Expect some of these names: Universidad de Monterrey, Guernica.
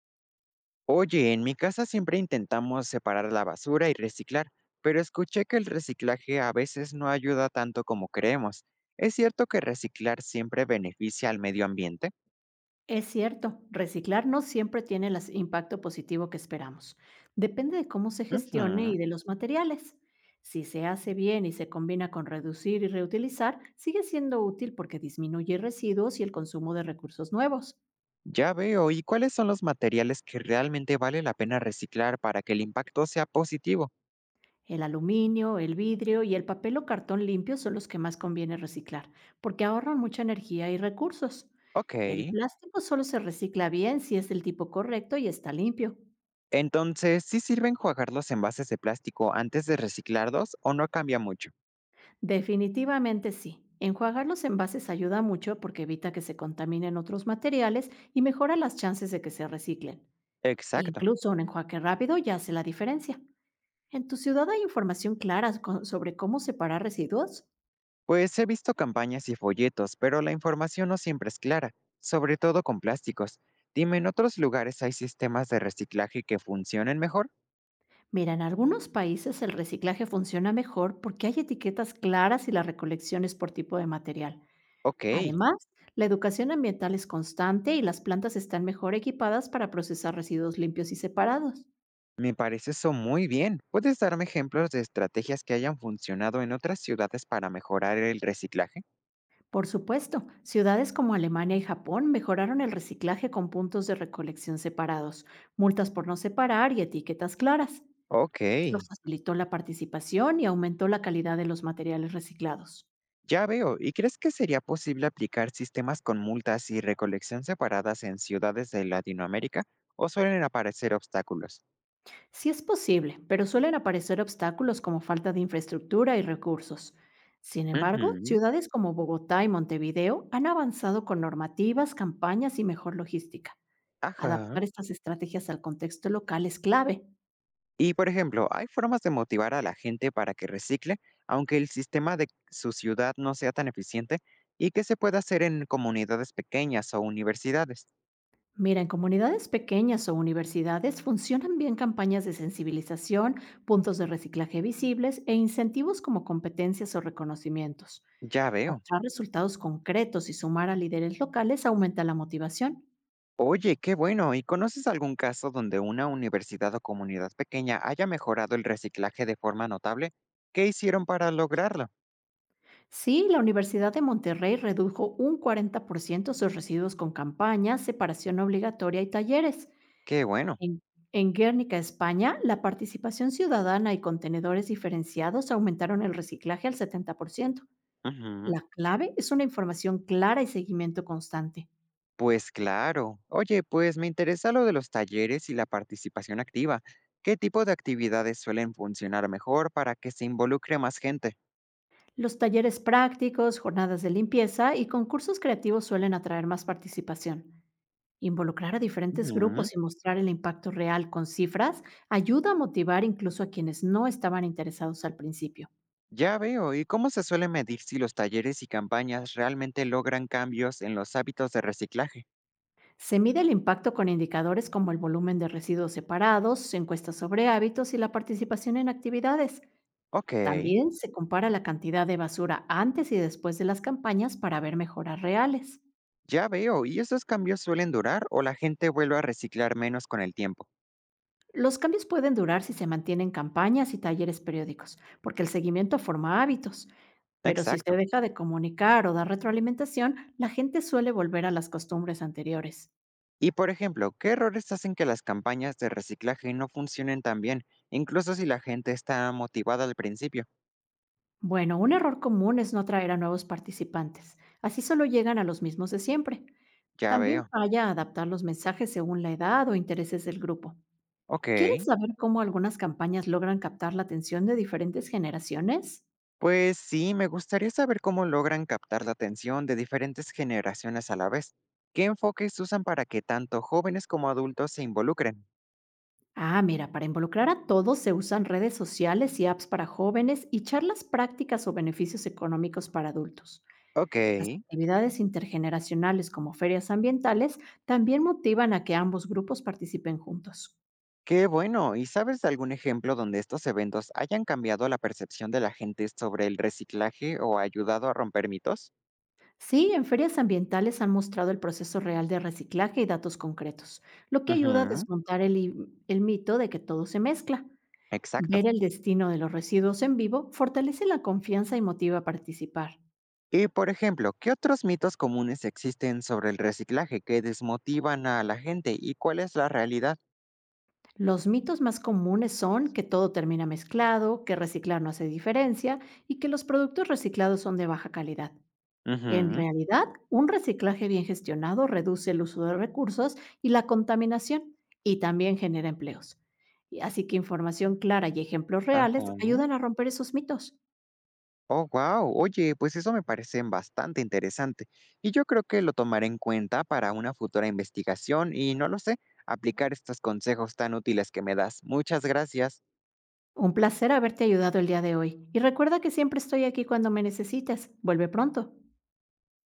Oye, en mi casa siempre intentamos separar la basura y reciclar, pero escuché que el reciclaje a veces no ayuda tanto como creemos. ¿Es cierto que reciclar siempre beneficia al medio ambiente? Es cierto, reciclar no siempre tiene el impacto positivo que esperamos. Depende de cómo se gestione y Ujú. de los materiales. Si se hace bien y se combina con reducir y reutilizar, sigue siendo útil porque disminuye residuos y el consumo de recursos nuevos. Ya veo. ¿Y cuáles son los materiales que realmente vale la pena reciclar para que el impacto sea positivo? El aluminio, el vidrio y el papel o cartón limpio son los que más conviene reciclar, porque ahorran mucha energía y recursos. Ok. El plástico solo se recicla bien si es del tipo correcto y está limpio. Entonces, ¿sí sirve enjuagar los envases de plástico antes de reciclarlos o no cambia mucho? Definitivamente sí. Enjuagar los envases ayuda mucho porque evita que se contaminen otros materiales y mejora las chances de que se reciclen. Exacto. Incluso un enjuague rápido ya hace la diferencia. ¿En tu ciudad hay información clara sobre cómo separar residuos? Pues he visto campañas y folletos, pero la información no siempre es clara, sobre todo con plásticos. Dime, ¿en otros lugares hay sistemas de reciclaje que funcionen mejor? Mira, en algunos países el reciclaje funciona mejor porque hay etiquetas claras y la recolección es por tipo de material. Ok, Además, la educación ambiental es constante y las plantas están mejor equipadas para procesar residuos limpios y separados. me parece eso muy bien. ¿Puedes darme ejemplos de estrategias que hayan funcionado en otras ciudades para mejorar el reciclaje? Por supuesto, ciudades como Alemania y Japón mejoraron el reciclaje con puntos de recolección separados, multas por no separar y etiquetas claras. Ok, Esto facilitó la participación y aumentó la calidad de los materiales reciclados. ya veo. ¿Y crees que sería posible aplicar sistemas con multas y recolección separadas en ciudades de Latinoamérica? ¿O suelen aparecer obstáculos? Sí es posible, pero suelen aparecer obstáculos como falta de infraestructura y recursos. Sin embargo, Ujú. ciudades como Bogotá y Montevideo han avanzado con normativas, campañas y mejor logística. Ajá. Adaptar estas estrategias al contexto local es clave. Y por ejemplo, ¿hay formas de motivar a la gente para que recicle, aunque el sistema de su ciudad no sea tan eficiente? ¿Y que se pueda hacer en comunidades pequeñas o universidades? Mira, en comunidades pequeñas o universidades funcionan bien campañas de sensibilización, puntos de reciclaje visibles e incentivos como competencias o reconocimientos. Ya veo. Mostrar resultados concretos y sumar a líderes locales aumenta la motivación. Oye, qué bueno. ¿Y conoces algún caso donde una universidad o comunidad pequeña haya mejorado el reciclaje de forma notable? ¿Qué hicieron para lograrlo? Sí, la Universidad de Monterrey redujo un 40% sus residuos con campañas, separación obligatoria y talleres. Qué bueno. En, en Guernica, España, la participación ciudadana y contenedores diferenciados aumentaron el reciclaje al 70%. Ujú. La clave es una información clara y seguimiento constante. Pues claro. Oye, pues me interesa lo de los talleres y la participación activa. ¿Qué tipo de actividades suelen funcionar mejor para que se involucre más gente? Los talleres prácticos, jornadas de limpieza y concursos creativos suelen atraer más participación. Involucrar a diferentes Ujú. grupos y mostrar el impacto real con cifras ayuda a motivar incluso a quienes no estaban interesados al principio. Ya veo. ¿Y cómo se suele medir si los talleres y campañas realmente logran cambios en los hábitos de reciclaje? Se mide el impacto con indicadores como el volumen de residuos separados, encuestas sobre hábitos y la participación en actividades. Ok, También se compara la cantidad de basura antes y después de las campañas para ver mejoras reales. ya veo. ¿Y esos cambios suelen durar o la gente vuelve a reciclar menos con el tiempo? Los cambios pueden durar si se mantienen campañas y talleres periódicos, porque el seguimiento forma hábitos. Pero si se Exacto. deja de comunicar o dar retroalimentación, la gente suele volver a las costumbres anteriores. Y por ejemplo, ¿qué errores hacen que las campañas de reciclaje no funcionen tan bien, incluso si la gente está motivada al principio? Bueno, un error común es no atraer a nuevos participantes. Así solo llegan a los mismos de siempre. Ya También veo. falla adaptar los mensajes según la edad o intereses del grupo. Ok. ¿Quieres saber cómo algunas campañas logran captar la atención de diferentes generaciones? Pues sí, me gustaría saber cómo logran captar la atención de diferentes generaciones a la vez. ¿Qué enfoques usan para que tanto jóvenes como adultos se involucren? Ah, mira, para involucrar a todos se usan redes sociales y apps para jóvenes y charlas prácticas o beneficios económicos para adultos. Ok. Las actividades intergeneracionales como ferias ambientales también motivan a que ambos grupos participen juntos. Qué bueno. ¿Y sabes de algún ejemplo donde estos eventos hayan cambiado la percepción de la gente sobre el reciclaje o ayudado a romper mitos? Sí, en ferias ambientales han mostrado el proceso real de reciclaje y datos concretos, lo que ayuda a Ujú. desmontar el mito de que todo se mezcla. Exacto. Ver el destino de los residuos en vivo fortalece la confianza y motiva a participar. Y por ejemplo, ¿qué otros mitos comunes existen sobre el reciclaje que desmotivan a la gente y cuál es la realidad? Los mitos más comunes son que todo termina mezclado, que reciclar no hace diferencia y que los productos reciclados son de baja calidad. En Ujú, realidad, un reciclaje bien gestionado reduce el uso de recursos y la contaminación y también genera empleos. Así que información clara y ejemplos reales ajá. ayudan a romper esos mitos. Oh, wow. Oye, pues eso me parece bastante interesante y yo creo que lo tomaré en cuenta para una futura investigación y no lo sé, aplicar estos consejos tan útiles que me das. Muchas gracias. Un placer haberte ayudado el día de hoy y recuerda que siempre estoy aquí cuando me necesites. Vuelve pronto.